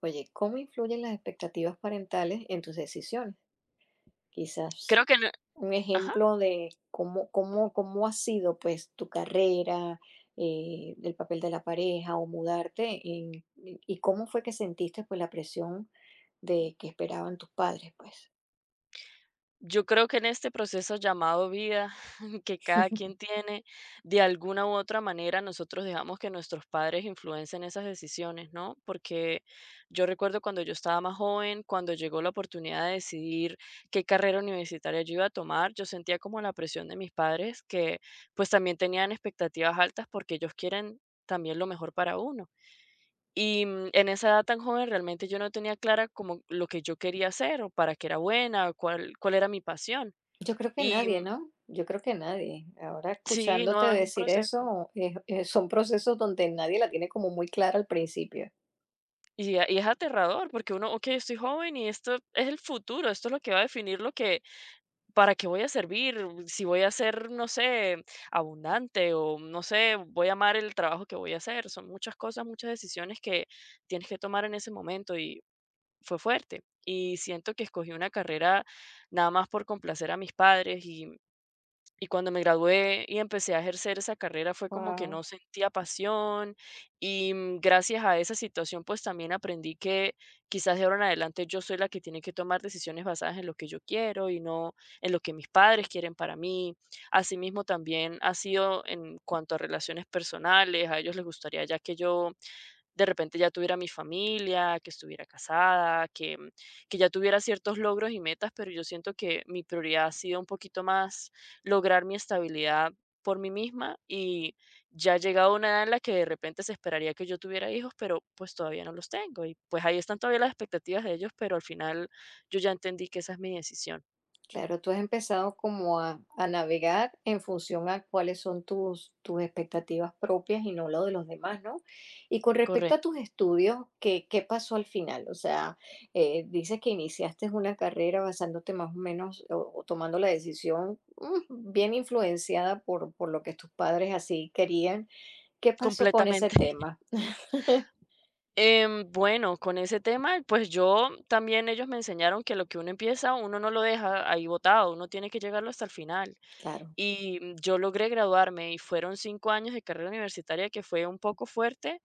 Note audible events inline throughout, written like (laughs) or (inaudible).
Oye, ¿cómo influyen las expectativas parentales en tus decisiones? Quizás Creo que en e, un Ajá, ejemplo de cómo ha sido pues tu carrera, el papel de la pareja o mudarte y cómo fue que sentiste pues la presión de que esperaban tus padres, pues. yo creo que en este proceso llamado vida (laughs) que cada (laughs) quien tiene, de alguna u otra manera nosotros dejamos que nuestros padres influencien esas decisiones, ¿no? Porque yo recuerdo cuando yo estaba más joven, cuando llegó la oportunidad de decidir qué carrera universitaria yo iba a tomar, yo sentía como la presión de mis padres que, pues, también tenían expectativas altas porque ellos quieren también lo mejor para uno. Y en esa edad tan joven, realmente yo no tenía clara como lo que yo quería hacer, o para qué era buena, o cuál era mi pasión. Yo creo que Y nadie, ¿no? Yo creo que nadie. Ahora sí, escuchándote no, es un decir proceso. eso, son procesos donde nadie la tiene como muy clara al principio. Y es aterrador, porque uno: ok, estoy joven y esto es el futuro, esto es lo que va a definir lo que para qué voy a servir, si voy a ser, no sé, abundante o no sé, voy a amar el trabajo que voy a hacer". Son muchas cosas, muchas decisiones que tienes que tomar en ese momento y fue fuerte. Y siento que escogí una carrera nada más por complacer a mis padres, y cuando me gradué y empecé a ejercer esa carrera fue como que Wow. no sentía pasión y gracias a esa situación pues también aprendí que quizás de ahora en adelante yo soy la que tiene que tomar decisiones basadas en lo que yo quiero y no en lo que mis padres quieren para mí. Asimismo también ha sido en cuanto a relaciones personales: a ellos les gustaría ya que yo de repente ya tuviera mi familia, que estuviera casada, que ya tuviera ciertos logros y metas, pero yo siento que mi prioridad ha sido un poquito más lograr mi estabilidad por mí misma, y ya ha llegado una edad en la que de repente se esperaría que yo tuviera hijos, pero pues todavía no los tengo y pues ahí están todavía las expectativas de ellos, pero al final yo ya entendí que esa es mi decisión. Claro, tú has empezado como a navegar en función a cuáles son tus expectativas propias y no lo de los demás, ¿no? Y con respecto a Correcto, tus estudios, ¿ qué pasó al final? O sea, dices que iniciaste una carrera basándote más o menos o tomando la decisión bien influenciada por lo que tus padres así querían. ¿Qué pasó con ese completamente. tema? (laughs) Bueno, con ese tema, pues yo también, ellos me enseñaron que lo que uno empieza, uno no lo deja ahí botado, uno tiene que llegarlo hasta el final. Claro, Y yo logré graduarme y fueron 5 años de carrera universitaria que fue un poco fuerte.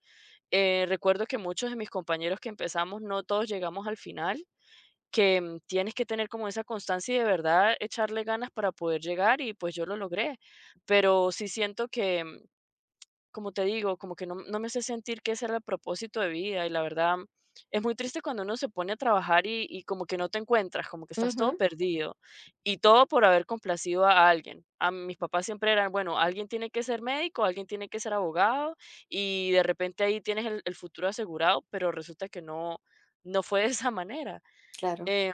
Recuerdo que muchos de mis compañeros que empezamos, no todos llegamos al final, que tienes que tener como esa constancia y de verdad echarle ganas para poder llegar, y pues yo lo logré. Pero sí siento que, como te digo, como que no me hace sentir que ese era el propósito de vida, y la verdad, es muy triste cuando uno se pone a trabajar y como que no te encuentras, como que estás todo ujú, perdido, y todo por haber complacido a alguien. A mis papás siempre eran: bueno, alguien tiene que ser médico, alguien tiene que ser abogado, y de repente ahí tienes el futuro asegurado, pero resulta que no, no fue de esa manera. claro. Em,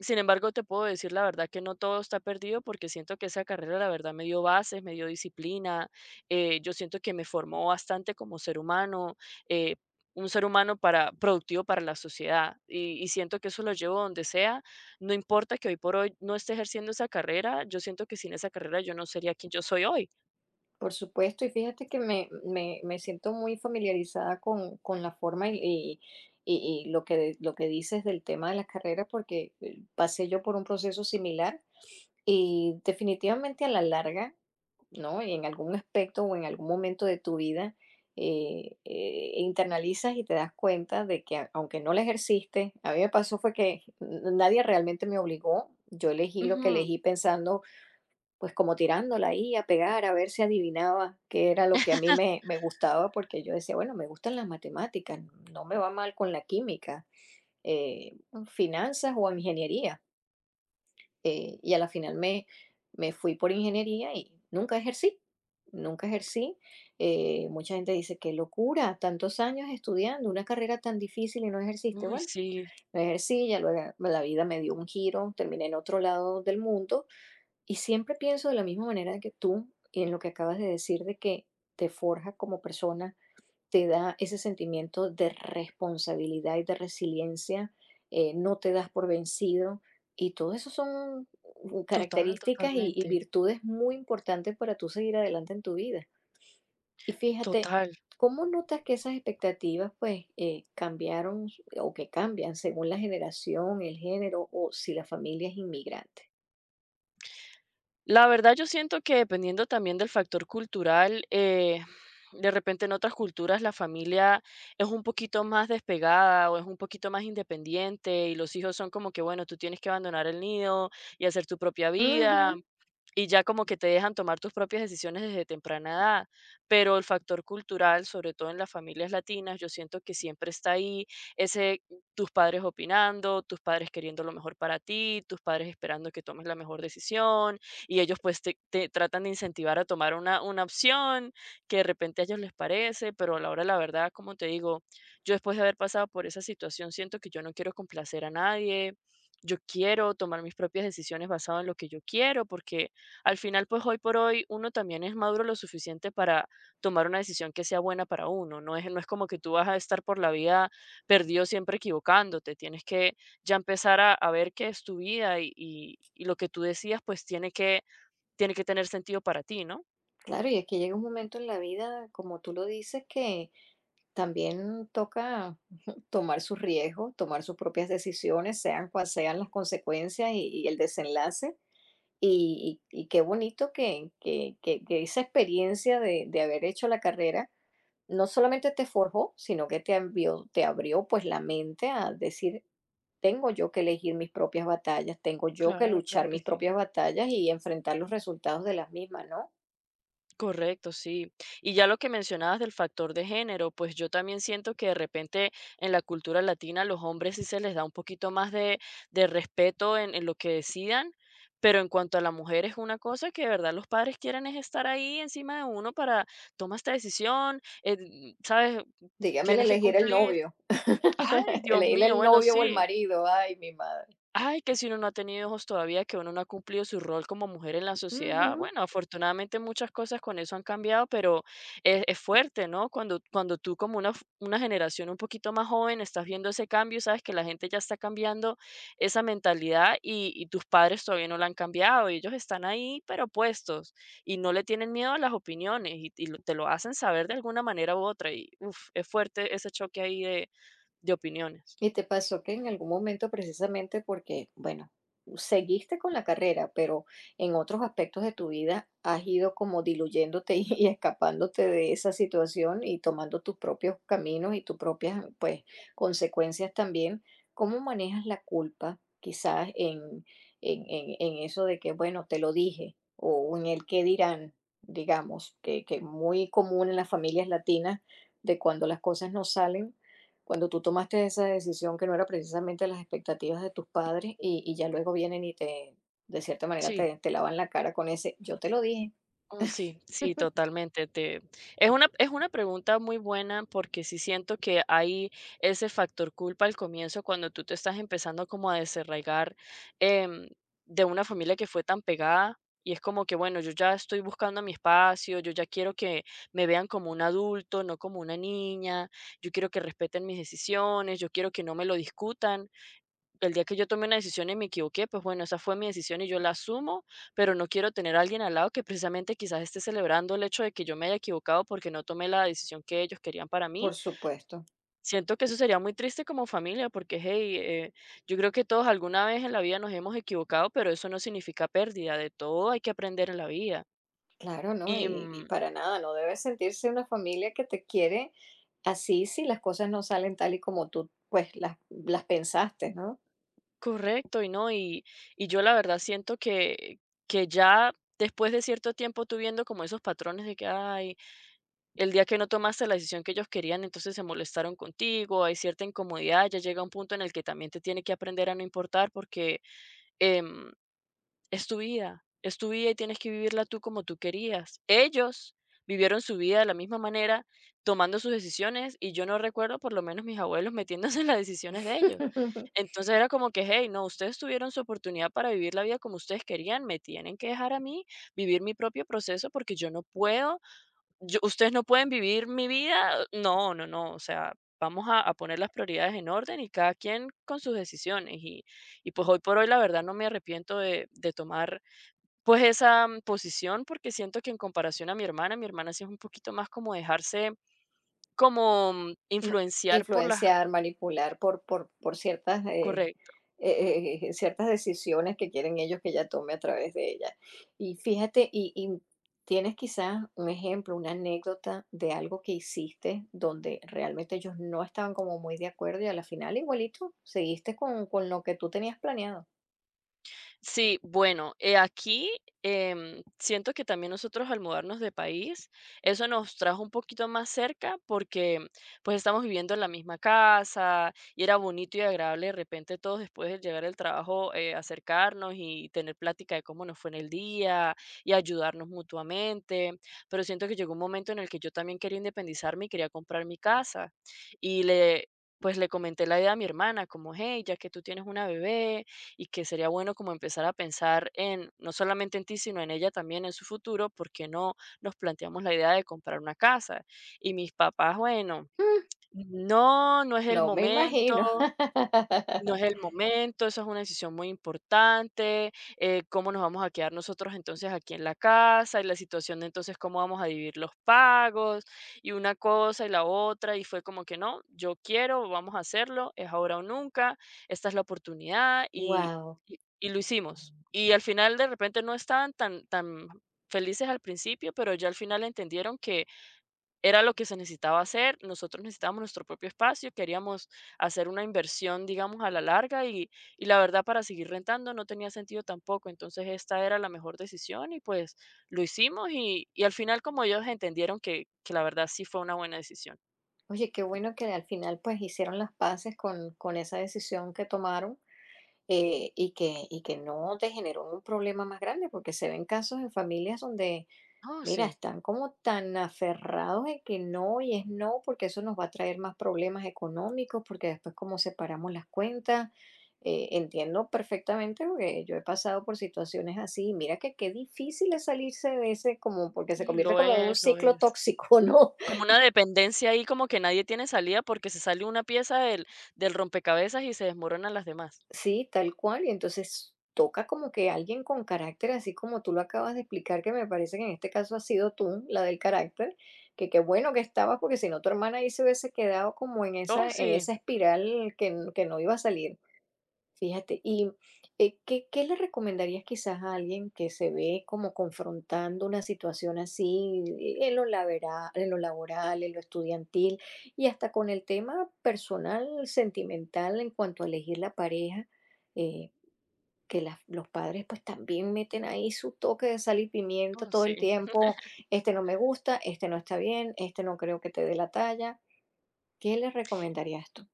Sin embargo, te puedo decir la verdad que no todo está perdido, porque siento que esa carrera, la verdad, me dio bases, me dio disciplina, yo siento que me formó bastante como ser humano, eh, un ser humano productivo para la sociedad, y siento que eso lo llevo donde sea, no importa que hoy por hoy no esté ejerciendo esa carrera, yo siento que sin esa carrera yo no sería quien yo soy hoy. Por supuesto, y fíjate que me siento muy familiarizada con la forma y y lo que, lo que dices del tema de las carreras, porque pasé yo por un proceso similar y definitivamente a la larga, ¿no? En algún aspecto o en algún momento de tu vida, internalizas y te das cuenta de que aunque no la ejerciste, a mí me pasó fue que nadie realmente me obligó, yo elegí lo que Ujú. elegí pensando pues como tirándola ahí a pegar, a ver si adivinaba qué era lo que a mí me gustaba, porque yo decía, bueno, me gustan las matemáticas, no me va mal con la química, eh, finanzas o ingeniería. Y a la final me, Me fui por ingeniería y nunca ejercí, nunca ejercí. Mucha gente dice, qué locura, tantos años estudiando, una carrera tan difícil y no ejerciste. Uy, Bueno, sí, no ejercí, ya luego la vida me dio un giro, terminé en otro lado del mundo y siempre pienso de la misma manera que tú en lo que acabas de decir de que te forja como persona, te da ese sentimiento de responsabilidad y de resiliencia, no te das por vencido y todo eso son total, características y totalmente, virtudes muy importantes para tú seguir adelante en tu vida. Y fíjate, total. ¿cómo notas que esas expectativas pues cambiaron o que cambian según la generación, el género o si la familia es inmigrante? La verdad, yo siento que dependiendo también del factor cultural, de repente en otras culturas la familia es un poquito más despegada o es un poquito más independiente y los hijos son como que, bueno, tú tienes que abandonar el nido y hacer tu propia vida Ujú. y ya como que te dejan tomar tus propias decisiones desde temprana edad, pero el factor cultural, sobre todo en las familias latinas, yo siento que siempre está ahí ese tus padres opinando, tus padres queriendo lo mejor para ti, tus padres esperando que tomes la mejor decisión, y ellos pues te tratan de incentivar a tomar una opción que de repente a ellos les parece, pero a la hora de la verdad, como te digo, yo después de haber pasado por esa situación siento que yo no quiero complacer a nadie. Yo quiero tomar mis propias decisiones basado en lo que yo quiero, porque al final, pues hoy por hoy, uno también es maduro lo suficiente para tomar una decisión que sea buena para uno. No es como que tú vas a estar por la vida perdido siempre equivocándote. Tienes que ya empezar a ver qué es tu vida, y lo que tú decías, pues tiene que tener sentido para ti, ¿no? Claro, y es que llega un momento en la vida, como tú lo dices, que también toca (laughs) tomar sus riesgos, tomar sus propias decisiones, sean cuales sean las consecuencias y el desenlace. Y qué bonito que, que esa experiencia de haber hecho la carrera no solamente te forjó, sino que te abrió pues la mente a decir, tengo yo que elegir mis propias batallas, tengo yo que Claro, claro luchar que mis sí. propias batallas y enfrentar los resultados de las mismas, ¿no? Correcto, sí. Y ya lo que mencionabas del factor de género, pues yo también siento que de repente en la cultura latina los hombres sí se les da un poquito más de respeto en lo que decidan, pero en cuanto a la mujer es una cosa que de verdad los padres quieren es estar ahí encima de uno para "toma esta decisión, sabes, Dígame tienes que elegir el cumplir". novio. Ay, (laughs) Dios Elegir mío, el bueno, novio o el sí. marido. Ay, mi madre. Ay, que si uno no ha tenido hijos todavía, que uno no ha cumplido su rol como mujer en la sociedad. Ujú. Bueno, afortunadamente muchas cosas con eso han cambiado, pero es fuerte, ¿no? Cuando tú como una generación un poquito más joven estás viendo ese cambio, sabes que la gente ya está cambiando esa mentalidad y tus padres todavía no la han cambiado y ellos están ahí, pero puestos, y no le tienen miedo a las opiniones y te lo hacen saber de alguna manera u otra, y uf, es fuerte ese choque ahí de opiniones. ¿Y te pasó que en algún momento precisamente porque, bueno, seguiste con la carrera, pero en otros aspectos de tu vida has ido como diluyéndote (laughs) y, escapándote de esa situación y tomando tus propios caminos y tus propias, pues, consecuencias también? ¿Cómo manejas la culpa quizás en eso de que, bueno, te lo dije o en el qué dirán, digamos, que muy común en las familias latinas de cuando las cosas no salen? Cuando tú tomaste esa decisión que no era precisamente las expectativas de tus padres y ya luego vienen y te, de cierta manera, Sí. Te lavan la cara con ese, yo te lo dije, Oh, sí, sí, totalmente. Te es una pregunta muy buena porque sí siento que hay ese factor culpa al comienzo cuando tú te estás empezando como a desarraigar em, de una familia que fue tan pegada, y es como que, bueno, yo ya estoy buscando mi espacio, yo ya quiero que me vean como un adulto, no como una niña, yo quiero que respeten mis decisiones, yo quiero que no me lo discutan. El día que yo tomé una decisión y me equivoqué, pues bueno, esa fue mi decisión y yo la asumo, pero no quiero tener a alguien al lado que precisamente quizás esté celebrando el hecho de que yo me haya equivocado porque no tomé la decisión que ellos querían para por mí. supuesto. Siento que eso sería muy triste como familia, porque, hey, yo creo que todos alguna vez en la vida nos hemos equivocado, pero eso no significa pérdida, de todo hay que aprender en la vida. Claro, ¿no? Y Y mm, para nada, no debe sentirse una familia que te quiere así si las cosas no salen tal y como tú pues las pensaste, ¿no? correcto, y no, y yo la verdad siento que, ya después de cierto tiempo tú viendo como esos patrones de que, ay, el día que no tomaste la decisión que ellos querían, entonces se molestaron contigo, hay cierta incomodidad, ya llega un punto en el que también te tiene que aprender a no importar, porque em, es tu vida y tienes que vivirla tú como tú querías. Ellos vivieron su vida de la misma manera, tomando sus decisiones, y yo no recuerdo por lo menos mis abuelos metiéndose en las decisiones de ellos. (laughs) Entonces era como que, hey, no, ustedes tuvieron su oportunidad para vivir la vida como ustedes querían, me tienen que dejar a mí vivir mi propio proceso porque yo no puedo yo ustedes no pueden vivir mi vida, no, no, no, o sea, vamos a poner las prioridades en orden y cada quien con sus decisiones. Y pues hoy por hoy la verdad no me arrepiento de tomar pues esa, posición, porque siento que en comparación a mi hermana sí es un poquito más como dejarse como Mm, influenciar por influenciar, manipular por ciertas, las, ciertas decisiones que quieren ellos que ella tome a través de ella. Y fíjate, y ¿tienes quizás un ejemplo, una anécdota de algo que hiciste donde realmente ellos no estaban como muy de acuerdo y a la final igualito seguiste con lo que tú tenías planeado? sí, bueno, aquí, siento que también nosotros al mudarnos de país, eso nos trajo un poquito más cerca porque, pues, estamos viviendo en la misma casa y era bonito y agradable de repente todos después de llegar del trabajo, acercarnos y tener plática de cómo nos fue en el día y ayudarnos mutuamente, pero siento que llegó un momento en el que yo también quería independizarme y quería comprar mi casa, y le pues le comenté la idea a mi hermana como: "Hey, ya que tú tienes una bebé, y que sería bueno como empezar a pensar en, no solamente en ti, sino en ella también, en su futuro, porque no nos planteamos la idea de comprar una casa". Y mis papás, bueno, Mm, no, no es el no me momento. imagino. (laughs) No es el momento, eso es una decisión muy importante, cómo nos vamos a quedar nosotros entonces aquí en la casa, y la situación de entonces cómo vamos a dividir los pagos, y una cosa y la otra, y fue como que no, yo quiero, vamos a hacerlo, es ahora o nunca, esta es la oportunidad, y, Wow. y, y lo hicimos. Y al final de repente no estaban tan, tan felices al principio, pero ya al final entendieron que era lo que se necesitaba hacer, nosotros necesitábamos nuestro propio espacio, queríamos hacer una inversión, digamos, a la larga, y la verdad para seguir rentando no tenía sentido tampoco, entonces esta era la mejor decisión y pues lo hicimos, y al final como ellos entendieron que la verdad sí fue una buena decisión. Oye, qué bueno que al final, pues, hicieron las paces con esa decisión que tomaron. Y que y que no te generó un problema más grande, porque se ven casos en familias donde, Oh, mira, sí, están como tan aferrados en que no y es no, porque eso nos va a traer más problemas económicos, porque después cómo separamos las cuentas. Entiendo perfectamente porque yo he pasado por situaciones así. Y mira que qué difícil es salirse de ese, como porque se y convierte lo como en un es, lo ciclo es. tóxico, (laughs) ¿no? Como una dependencia ahí, como que nadie tiene salida porque se sale una pieza del rompecabezas y se desmoronan las demás. Sí, tal cual. Y entonces toca como que alguien con carácter, así como tú lo acabas de explicar, que me parece que en este caso ha sido tú, la del carácter, que qué bueno que estabas, porque si no tu hermana ahí se hubiese quedado como Oh, en sí, esa espiral que, que no iba a salir. Fíjate, ¿qué qué le recomendarías quizás a alguien que se ve como confrontando una situación así en lo laboral, en lo laboral, en lo estudiantil y hasta con el tema personal, sentimental en cuanto a elegir la pareja? Eh, que las los padres, pues, también meten ahí su toque de sal y pimienta oh, todo el sí. tiempo, este no me gusta, este no está bien, este no creo que te dé la talla. ¿Qué le recomendarías tú?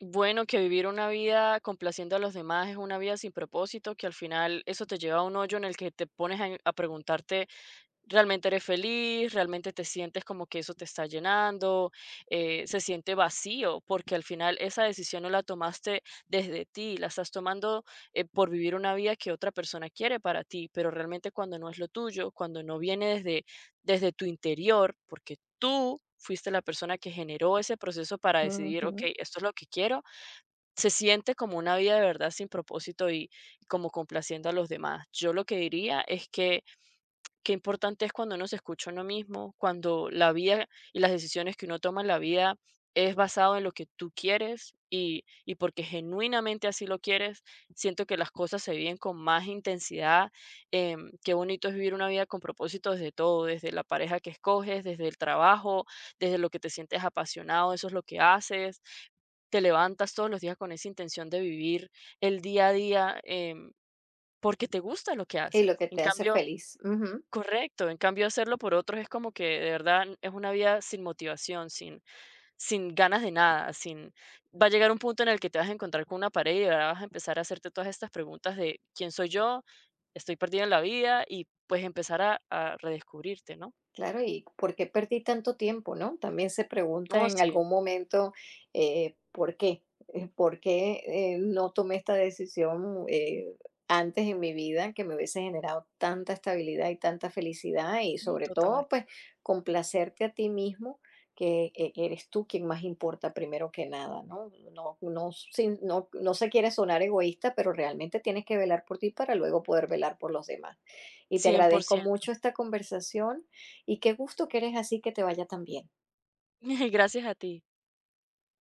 Bueno, que vivir una vida complaciendo a los demás es una vida sin propósito, que al final eso te lleva a un hoyo en el que te pones a preguntarte, ¿realmente eres feliz? ¿Realmente te sientes como que eso te está llenando? Se siente vacío, porque al final esa decisión no la tomaste desde ti, la estás tomando por vivir una vida que otra persona quiere para ti, pero realmente cuando no es lo tuyo, cuando no viene desde tu interior, porque tú... Fuiste la persona que generó ese proceso para decidir, ok, Ujú. esto es lo que quiero, se siente como una vida de verdad sin propósito y como complaciendo a los demás. Yo lo que diría es que qué importante es cuando uno se escucha uno mismo, cuando la vida y las decisiones que uno toma en la vida es basado en lo que tú quieres, y porque genuinamente así lo quieres, siento que las cosas se viven con más intensidad. Qué bonito es vivir una vida con propósito desde todo: desde la pareja que escoges, desde el trabajo, desde lo que te sientes apasionado, eso es lo que haces. Te levantas todos los días con esa intención de vivir el día a día, porque te gusta lo que Y haces. lo que te hace feliz. Ujú. Correcto, en cambio hacerlo por otros es como que de verdad es una vida sin motivación, sin ganas de nada, sin... Va a llegar un punto en el que te vas a encontrar con una pared y de verdad vas a empezar a hacerte todas estas preguntas de quién soy yo, estoy perdido en la vida, y pues empezar a redescubrirte, ¿no? Claro, ¿y por qué perdí tanto tiempo, no? También se pregunta Oh, en sí, algún momento, ¿por qué? ¿Por qué no tomé esta decisión antes en mi vida que me hubiese generado tanta estabilidad y tanta felicidad? Y mm, sobre total, todo, pues, complacerte a ti mismo, que eres tú quien más importa primero que nada, ¿no? No, no, no, no se quiere sonar egoísta, pero realmente tienes que velar por ti para luego poder velar por los demás. Y te cien por agradezco ciento. mucho esta conversación y qué gusto que eres así, que te vaya tan bien. (laughs) Gracias a ti.